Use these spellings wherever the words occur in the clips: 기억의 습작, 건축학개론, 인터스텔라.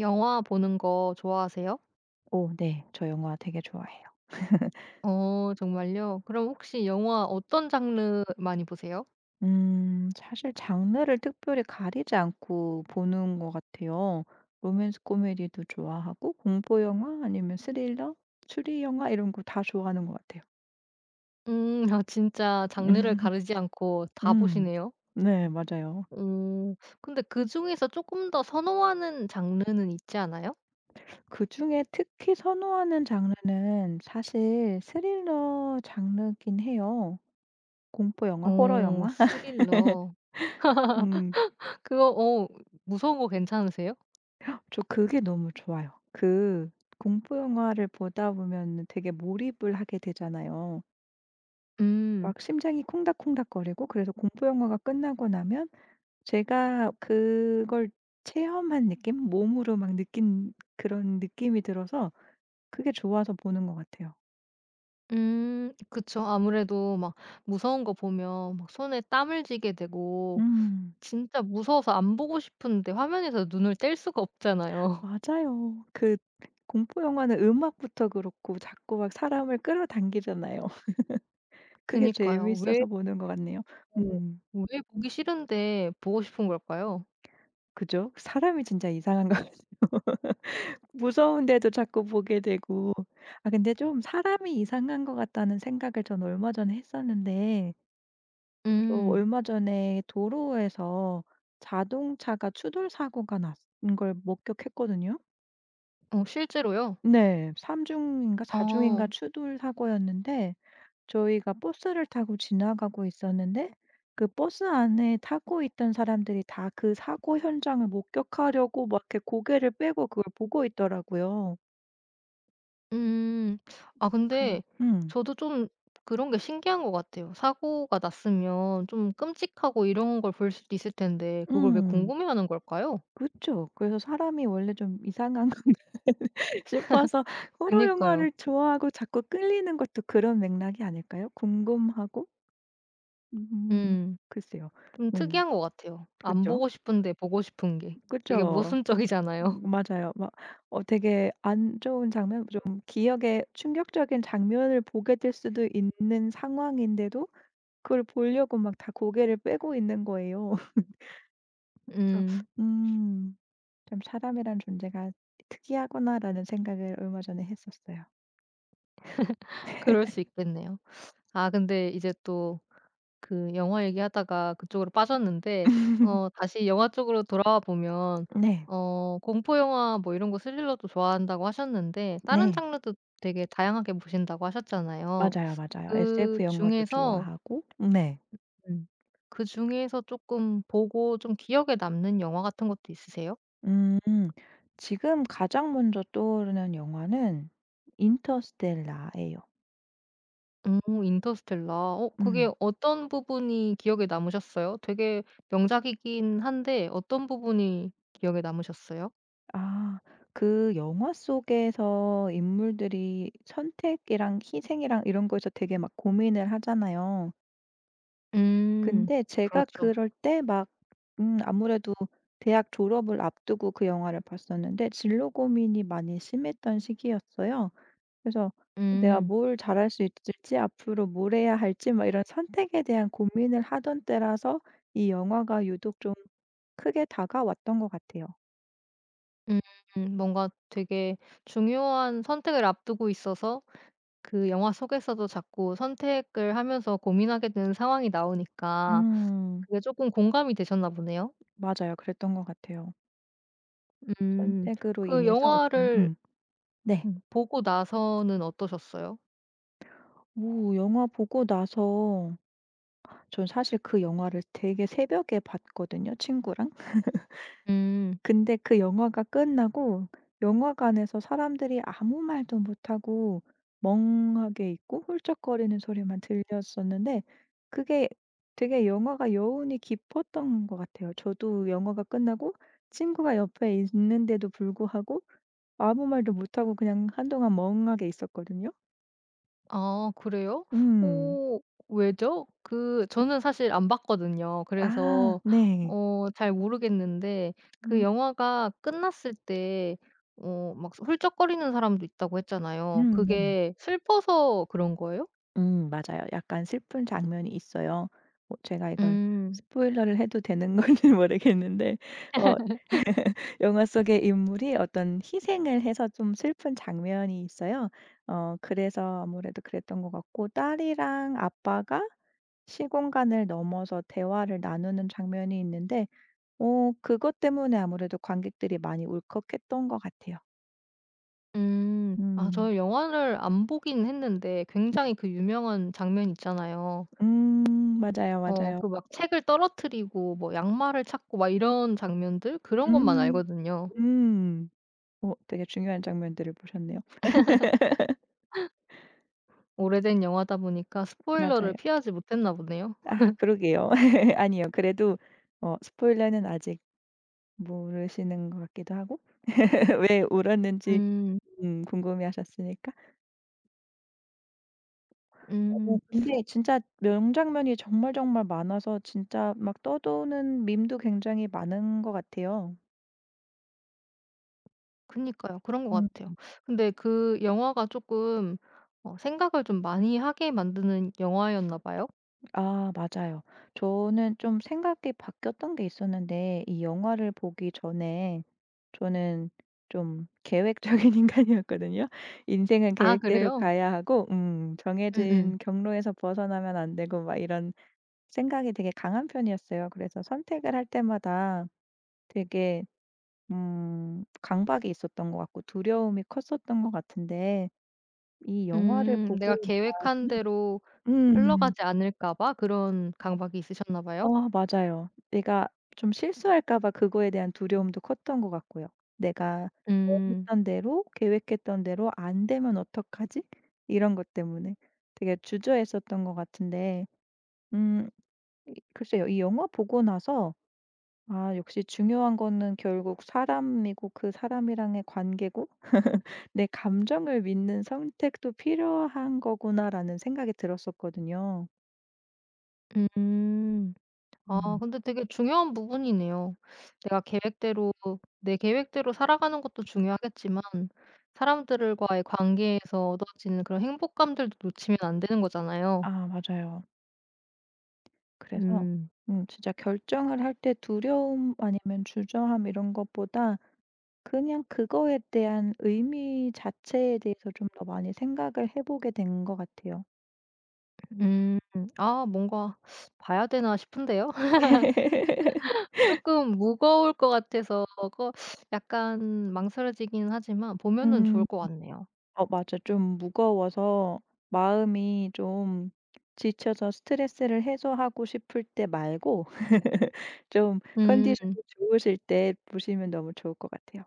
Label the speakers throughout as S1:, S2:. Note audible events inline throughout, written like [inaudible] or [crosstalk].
S1: 영화 보는 거 좋아하세요?
S2: 오 네. 저 영화 되게 좋아해요.
S1: 정말요? 그럼 혹시 영화 어떤 장르 많이 보세요?
S2: 사실 장르를 특별히 가리지 않고 보는 것 같아요. 로맨스 코미디도 좋아하고 공포 영화 아니면 스릴러, 추리 영화 이런 거 다 좋아하는 것 같아요.
S1: 음. 아 진짜 장르를
S2: [laughs]
S1: 가르지 않고 다
S2: 음.
S1: 보시네요.
S2: 네 맞아요.
S1: 오 근데 그중에서 조금 더 선호하는 장르는 있지 않아요?
S2: 그중에 특히 선호하는 장르는 사실 스릴러 장르긴 해요. 공포 영화, 호러
S1: 오
S2: 영화? [laughs]
S1: 스릴러.
S2: 음.
S1: 그거 어 무서운 거 괜찮으세요?
S2: 저 그게 너무 좋아요. 그 공포 영화를 보다 보면 되게 몰입을 하게 되잖아요.
S1: 음.
S2: 막 심장이 콩닥콩닥거리고 그래서 공포 영화가 끝나고 나면 제가 그걸 체험한 느낌? 몸으로 막 느낀 그런 느낌이 들어서 그게 좋아서 보는 것 같아요.
S1: 그쵸. 아무래도 막 무서운 거 보면 막 손에 땀을 쥐게 되고
S2: 음.
S1: 진짜 무서워서 안 보고 싶은데 화면에서 눈을 뗄 수가 없잖아요.
S2: 맞아요. 그 공포 영화는 음악부터 그렇고 자꾸 막 사람을 끌어당기잖아요. [laughs] 그게
S1: 그니까요.
S2: 재미있어서 보는 것 같네요. 음.
S1: 왜 보기 싫은데 보고 싶은 걸까요?
S2: 그죠? 사람이 진짜 이상한 거 무서운데도 자꾸 보게 되고. 아 근데 좀 '사람이 이상한 것 같다.'는 생각을 전 얼마 전에 했었는데 저
S1: 음.
S2: 얼마 전에 도로에서 자동차가 추돌 사고가 난 걸 목격했거든요.
S1: 어 실제로요?
S2: 네. 3 중인가 4 중인가
S1: 어.
S2: 추돌 사고였는데 저희가 버스를 타고 지나가고 있었는데 그 버스 안에 타고 있던 사람들이 다 그 사고 현장을 목격하려고 막 이렇게 고개를 빼고 그걸 보고 있더라고요.
S1: 음. 아
S2: 그
S1: 근데
S2: 음.
S1: 저도 좀 그런 게 신기한 것 같아요. 사고가 났으면 좀 끔찍하고 이런 걸 볼 수도 있을 텐데 그걸 왜
S2: 음.
S1: 궁금해하는 걸까요?
S2: 그쵸. 그래서 사람이 원래 좀 이상한 거 [laughs] 싶어서 호러
S1: 그니까요.
S2: 영화를 좋아하고 자꾸 끌리는 것도 그런 맥락이 아닐까요? 궁금하고 음
S1: 음.
S2: 글쎄요.
S1: 좀
S2: 음
S1: 특이한 것 같아요. 안
S2: 그쵸.
S1: 보고 싶은데 보고 싶은 게. 되게
S2: 그쵸.
S1: 모순적이잖아요.
S2: 맞아요. 막 되게 안 좋은 장면 좀 기억에 충격적인 장면을 보게 될 수도 있는 상황인데도 그걸 보려고 막 다 고개를 빼고 있는 거예요. [laughs]
S1: [laughs]
S2: 그래서
S1: 음.
S2: 음 '참 사람이란 존재가 특이하구나.'라는 생각을 얼마 전에 했었어요.
S1: 그럴 수 있겠네요. 아 근데 이제 또 그 영화 얘기하다가 그쪽으로 빠졌는데 어 다시 영화 쪽으로 돌아와 보면
S2: 네.
S1: 어 공포 영화 뭐 이런 거 스릴러도 좋아한다고 하셨는데 다른
S2: 네.
S1: 장르도 되게 다양하게 보신다고 하셨잖아요.
S2: 맞아요, 맞아요. SF 영화도
S1: 그중에서
S2: 좋아하고 네.
S1: 음 그중에서 조금 보고 좀 기억에 남는 영화 같은 것도 있으세요?
S2: 음 지금 가장 먼저 떠오르는 영화는 인터스텔라예요.
S1: 인터스텔라. 어 그게
S2: 음.
S1: 어떤 부분이 기억에 남으셨어요? 되게 명작이긴 한데 어떤 부분이 기억에 남으셨어요?
S2: 아 그 영화 속에서 인물들이 선택이랑 희생이랑 이런 거에서 되게 막 고민을 하잖아요.
S1: 음.
S2: 근데 제가
S1: 그렇죠.
S2: 그럴 때 막 아무래도 대학 졸업을 앞두고 그 영화를 봤었는데 진로 고민이 많이 심했던 시기였어요. 그래서 '내가
S1: 음.
S2: 뭘 잘할 수 있을지 앞으로 뭘 해야 할지.' 막 이런 선택에 대한 고민을 하던 때라서 이 영화가 유독 좀 크게 다가왔던 것 같아요.
S1: 음. 음. 뭔가 되게 중요한 선택을 앞두고 있어서 그 영화 속에서도 자꾸 선택을 하면서 고민하게 되는 상황이 나오니까
S2: 음.
S1: 그게 조금 공감이 되셨나 보네요.
S2: 맞아요. 그랬던 것 같아요.
S1: 음.
S2: 선택으로
S1: 그
S2: 인해서 어떤
S1: 영화를
S2: 네.
S1: 음 보고 나서는 어떠셨어요?
S2: 오 영화 보고 나서 전 사실 그 영화를 되게 새벽에 봤거든요 친구랑.
S1: 음.
S2: 근데 그 영화가 끝나고 영화관에서 사람들이 아무 말도 못하고 멍하게 있고 훌쩍거리는 소리만 들렸었는데 그게 되게 영화가 여운이 깊었던 것 같아요. 저도 영화가 끝나고 친구가 옆에 있는데도 불구하고 아무 말도 못하고 그냥 한동안 멍하게 있었거든요.
S1: 아 그래요?
S2: 음.
S1: 오 왜죠? 그 저는 사실 안 봤거든요.
S2: 아
S1: 그래서
S2: 네.
S1: 어 잘 모르겠는데 그
S2: 음
S1: 영화가 끝났을 때 어 막 훌쩍거리는 사람도 있다고 했잖아요.
S2: 네.
S1: 그게 슬퍼서 그런 거예요?
S2: 맞아요. 약간 슬픈 장면이 있어요. 뭐 제가 이걸
S1: 음.
S2: 스포일러를 해도 되는 건지 [laughs] 모르겠는데 어 영화 속의 인물이 어떤 희생을 해서 좀 슬픈 장면이 있어요. 어 그래서 아무래도 그랬던 것 같고 딸이랑 아빠가 시공간을 넘어서 대화를 나누는 장면이 있는데 어 그것 때문에 아무래도 관객들이 많이 울컥했던 것 같아요.
S1: 음. 아
S2: 음.
S1: 저는 영화를 안 보긴 했는데
S2: 네.
S1: 굉장히 그 유명한 장면 있잖아요.
S2: 음 맞아요,
S1: 어
S2: 맞아요.
S1: 그 막 책을 떨어뜨리고 뭐 양말을 찾고 막 이런 장면들 그런 것만
S2: 음.
S1: 알거든요.
S2: 음. 어 되게 중요한 장면들을 보셨네요.
S1: 오래된 영화다 보니까
S2: 맞아요.
S1: 스포일러를 피하지 못했나 보네요.
S2: 아 그러게요. [laughs] 아니요. 그래도 스포일러는 아직 모르시는 것 같기도 하고 [laughs] 왜 울었는지
S1: 음.
S2: 궁금해하셨으니까. 어
S1: 음.
S2: 근데 진짜 명장면이 정말 정말 많아서 진짜 막 떠도는 밈도 굉장히 많은 것 같아요.
S1: 그니까요. 그런 것 같아요. 근데 그 영화가 쪼끔 어 생각을 좀 많이 하게 만드는 영화였나 봐요?
S2: 아 맞아요. 저는 좀 생각이 바뀌었던 게 있었는데 이 영화를 보기 전에 저는 좀 계획적인 [laughs] 인간이었거든요. 인생은
S1: 아
S2: 계획대로
S1: 그래요?
S2: 가야 하고
S1: 음음.
S2: 정해진 경로에서 벗어나면 안 되고 막 이런 생각이 되게 강한 편이었어요. 그래서 선택을 할 때마다 되게 강박이 있었던 것 같고 두려움이 컸었던 것 같은데 이 영화를
S1: 음.
S2: 보고
S1: 내가 계획한
S2: 나서는
S1: 대로
S2: 음.
S1: 흘러가지 않을까 봐 그런 강박이 있으셨나 봐요?
S2: 어 맞아요. 내가 좀 실수할까 봐 그거에 대한 두려움도 컸던 것 같고요. '내가
S1: 음.
S2: 원했던 대로 계획했던 대로 안 되면 어떡하지?' 이런 것 때문에 되게 주저했었던 것 같은데 음 이 글쎄요. 이 영화 보고 나서 '아 역시 중요한 거는 결국 사람이고 그 사람이랑의 관계고 내 감정을 믿는 선택도 필요한 거구나.'라는 생각이 들었었거든요.
S1: 음. 아
S2: 음.
S1: 근데 되게 중요한 부분이네요. 내가 계획대로 내 계획대로 살아가는 것도 중요하겠지만 사람들과의 관계에서 얻어지는 그런 행복감들도 놓치면 안 되는 거잖아요.
S2: 아 맞아요. 그래서
S1: 음.
S2: 진짜 결정을 할 때 두려움 아니면 주저함 이런 것보다 그냥 그거에 대한 의미 자체에 대해서 좀 더 많이 생각을 해 보게 된 것 같아요.
S1: 음. 아 뭔가 봐야 되나 싶은데요. [laughs] 조금 무거울 것 같아서 그 약간 망설여지긴 하지만 보면은
S2: 음.
S1: 좋을 것 같네요.
S2: 어 맞아. 좀 무거워서 마음이 좀 지쳐서 스트레스를 해소하고 싶을 때 말고 [laughs] 좀
S1: 음.
S2: 컨디션이 좋으실 때 보시면 너무 좋을 것 같아요.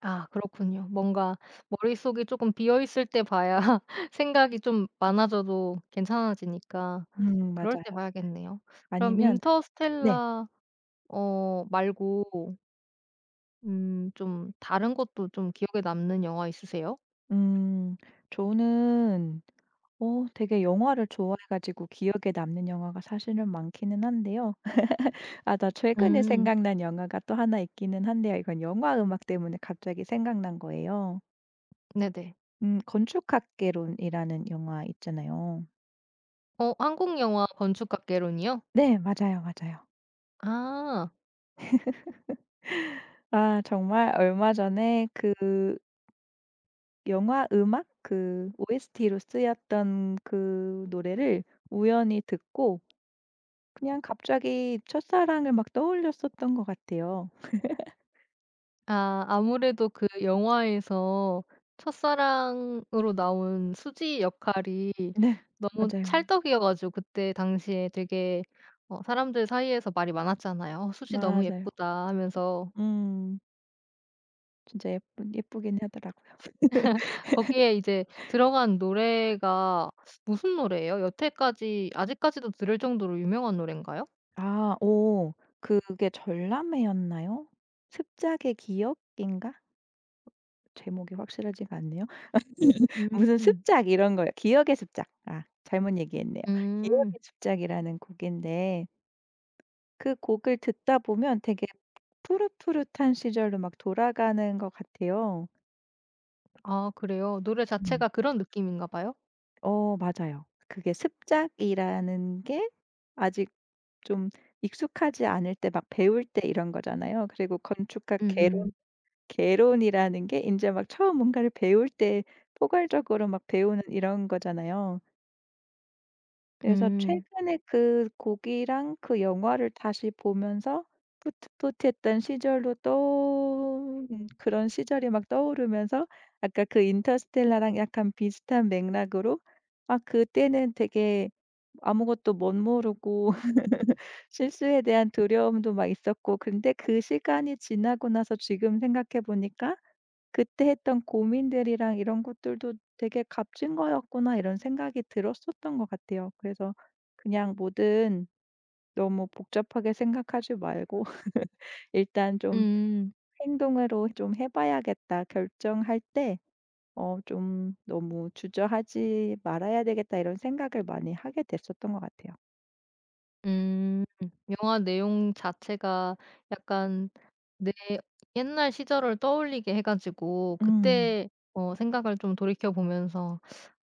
S1: 아 그렇군요. 뭔가 머릿속이 조금 비어 있을 때 봐야 [laughs] 생각이 좀 많아져도 괜찮아지니까 그럴
S2: 맞아요.
S1: 때 봐야겠네요. 그럼
S2: 아니면 네.
S1: 인터스텔라 어 말고 좀 다른 것도 좀 기억에 남는 영화 있으세요?
S2: 음 저는 되게 영화를 좋아해 가지고 기억에 남는 영화가 사실은 많기는 한데요. [laughs] 아 나 최근에
S1: 음
S2: 생각난 영화가 또 하나 있기는 한데요. 이건 영화 음악 때문에 갑자기 생각난 거예요.
S1: 네네.
S2: 건축학개론이라는 영화 있잖아요.
S1: 어 한국 영화 건축학개론이요?
S2: 네 맞아요, 맞아요.
S1: 아.
S2: 아 정말 얼마 전에 그 영화 음악 그 OST로 쓰였던 그 노래를 우연히 듣고 그냥 갑자기 첫사랑을 막 떠올렸었던 것 같아요.
S1: 아 아무래도 그 영화에서 첫사랑으로 나온 수지 역할이
S2: 네
S1: 너무
S2: 맞아요.
S1: 찰떡이어 가지고 그때 당시에 되게 어 사람들 사이에서 말이 많았잖아요. "어 수지 너무
S2: 맞아요.
S1: 예쁘다." 하면서
S2: 음. 진짜 예쁜 예쁘긴 하더라고요.
S1: 거기에 이제 들어간 노래가 무슨 노래예요? 여태까지 아직까지도 들을 정도로 유명한 노랜가요?
S2: 아 오, 그게 전람회였나요? 습작의 기억인가? 제목이 확실하지가 않네요. [laughs] 무슨
S1: 음.
S2: 습작 이런 거예요. 기억의 습작. 아 잘못 얘기했네요.
S1: 음.
S2: 기억의 습작이라는 곡인데 그 곡을 듣다 보면 되게 푸릇푸릇한 시절로 막 돌아가는 것 같아요.
S1: 아 그래요? 노래
S2: 음.
S1: 자체가 그런 느낌인가 봐요?
S2: 어 맞아요. 그게 습작이라는 게 아직 좀 익숙하지 않을 때 막 배울 때 이런 거잖아요. 그리고 건축학 개론
S1: 음음.
S2: 개론이라는 게 인제 막 처음 뭔가를 배울 때 포괄적으로 막 배우는 이런 거잖아요. 그래서
S1: 음.
S2: 최근에 그 곡이랑 그 영화를 다시 보면서 풋풋했던 시절로 또 그런 시절이 막 떠오르면서 아까 그 인터스텔라랑 약간 비슷한 맥락으로 아 그때는 되게 아무것도 멋모르고 실수에 대한 두려움도 막 있었고 근데 그 시간이 지나고 나서 지금 생각해 보니까 '그때 했던 고민들이랑 이런 것들도 되게 값진 거였구나.' 이런 생각이 들었었던 것 같아요. 그래서 그냥 뭐든 너무 복잡하게 생각하지 말고 [laughs] 일단
S1: 음.
S2: 좀
S1: 음.
S2: '행동으로 좀 해 봐야겠다.' 결정할 때 좀 '너무 주저하지 말아야 되겠다.' 이런 생각을 많이 하게 됐었던 것 같아요.
S1: 음. 영화 내용 자체가 약간 내 옛날 시절을 떠올리게 해 가지고
S2: 음.
S1: 그때 어 생각을 좀 돌이켜 보면서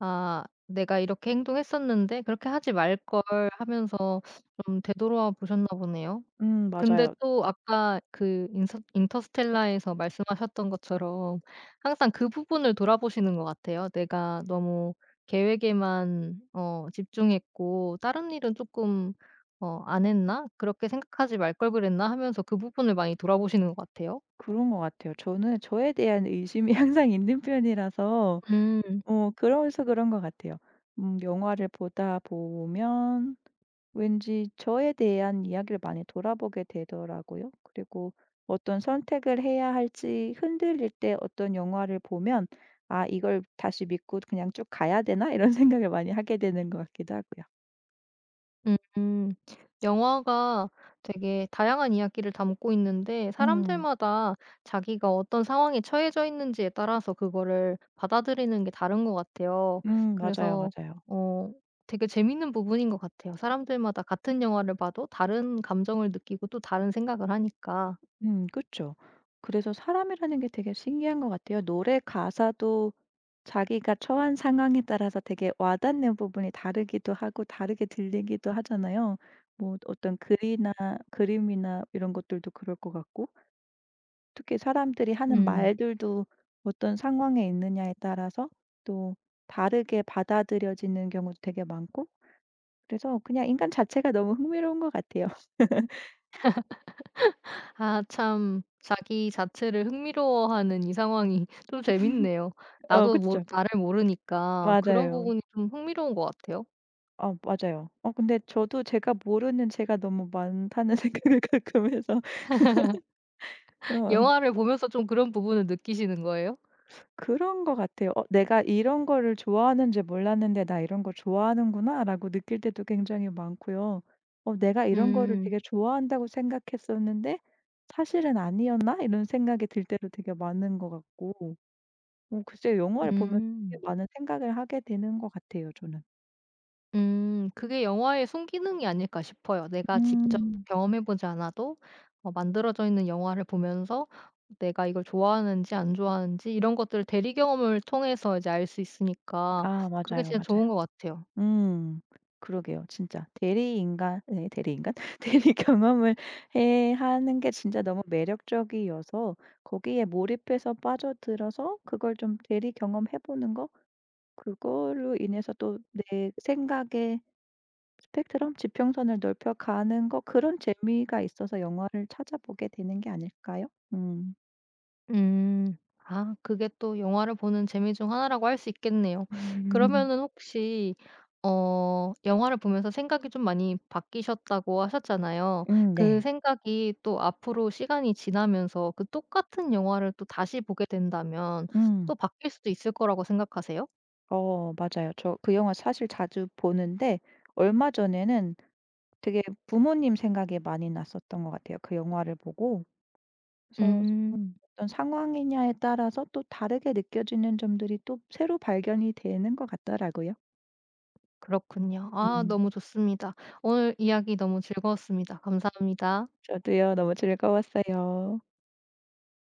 S1: '아 내가 이렇게 행동했었는데 그렇게 하지 말걸.' 하면서 좀 되돌아 보셨나 보네요. 근데
S2: 맞아요.
S1: 또 아까 그 인서 인터스텔라에서 말씀하셨던 것처럼 항상 그 부분을 돌아보시는 것 같아요. 내가 너무 계획에만 어 집중했고 '다른 일은 조금 어 안 했나? 그렇게 생각하지 말 걸 그랬나?' 하면서 그 부분을 많이 돌아보시는 것 같아요.
S2: 그런 것 같아요. 저는 저에 대한 의심이 [laughs] 항상 있는 편이라서
S1: 음.
S2: 어 그래서 그런 것 같아요. 영화를 보다 보면 왠지 저에 대한 이야기를 많이 돌아보게 되더라고요. 그리고 어떤 선택을 해야 할지 흔들릴 때 어떤 영화를 보면 '아 이걸 다시 믿고 그냥 쭉 가야 되나?' 이런 [laughs] 생각을 많이 하게 되는 것 같기도 하고요.
S1: 음. 영화가 되게 다양한 이야기를 담고 있는데
S2: 음.
S1: 사람들마다 자기가 어떤 상황에 처해져 있는지에 따라서 그거를 받아들이는 게 다른 것 같아요.
S2: 맞아요,
S1: 그래서
S2: 맞아요.
S1: 어 되게 재밌는 부분인 것 같아요. 사람들마다 같은 영화를 봐도 다른 감정을 느끼고 또 다른 생각을 하니까.
S2: 그죠 그래서 사람이라는 게 되게 신기한 것 같아요. 노래 가사도 자기가 처한 상황에 따라서 되게 와닿는 부분이 다르기도 하고 다르게 들리기도 하잖아요. 뭐 어떤 글이나 그림이나 이런 것들도 그럴 것 같고 특히 사람들이 하는
S1: 음.
S2: 말들도 어떤 상황에 있느냐에 따라서 또 다르게 받아들여지는 경우도 되게 많고 그래서 그냥 인간 자체가 너무 흥미로운 것 같아요. [laughs]
S1: 아 참 자기 자체를 흥미로워하는 이 상황이 [laughs] 좀 재밌네요.
S2: 어
S1: 나도 모
S2: 그쵸.
S1: 나를 모르니까 그런
S2: 맞아요.
S1: 부분이 좀 흥미로운 것 같아요.
S2: 어 맞아요. 어 근데 저도 제가 모르는 제가 너무 많다는 [laughs] 생각을 가끔 해서 어
S1: 영화를 보면서 좀 그런 부분을 느끼시는 거예요?
S2: 그런 것 같아요. '어 내가 이런 거를 좋아하는지 몰랐는데 나 이런 거 좋아하는구나.'라고 느낄 때도 굉장히 많고요. '어 내가 이런 거를
S1: 음.
S2: 되게 좋아한다고 생각했었는데 사실은 아니었나?' 이런 생각이 들 때도 되게 많은 것 같고 글쎄요. 영화를 보면서 되게
S1: 음.
S2: 많은 생각을 하게 되는 것 같아요 저는.
S1: 음. 그게 영화의 순기능이 아닐까 싶어요. 내가 직접
S2: 음.
S1: 경험해 보지 않아도 어 만들어져 있는 영화를 보면서 내가 이걸 좋아하는지 안 좋아하는지 이런 것들을 대리 경험을 통해서 이제 알 수 있으니까
S2: 아
S1: 그게
S2: 맞아요,
S1: 진짜 좋은
S2: 맞아요.
S1: 것 같아요.
S2: 음. 그러게요. 진짜 대리인간 예 대리인간? [laughs] 대리 경험을 해 하는 게 진짜 너무 매력적이어서 거기에 몰입해서 빠져들어서 그걸 좀 대리 경험해 보는 거 그걸로 인해서 또 내 생각의 스펙트럼 지평선을 넓혀 가는 거 그런 재미가 있어서 영화를 찾아보게 되는 게 아닐까요? 음.
S1: 음. 아 그게 또 영화를 보는 재미 중 하나라고 할 수 있겠네요. 그러면은
S2: [laughs]
S1: 혹시 어 영화를 보면서 생각이 좀 많이 바뀌셨다고 하셨잖아요. 그
S2: 네.
S1: 생각이 또 앞으로 시간이 지나면서 그 똑같은 영화를 또 다시 보게 된다면
S2: 음.
S1: 또 바뀔 수도 있을 거라고 생각하세요?
S2: 어 맞아요. 저 그 영화 사실 자주 보는데 얼마 전에는 되게 부모님 생각이 많이 났었던 것 같아요, 그 영화를 보고. 그래서
S1: 음.
S2: 어떤 상황이냐에 따라서 또 다르게 느껴지는 점들이 또 새로 발견이 되는 것 같더라고요.
S1: 그렇군요. 아
S2: 음.
S1: 너무 좋습니다. 오늘 이야기 너무 즐거웠습니다. 감사합니다.
S2: 저도요. 너무 즐거웠어요.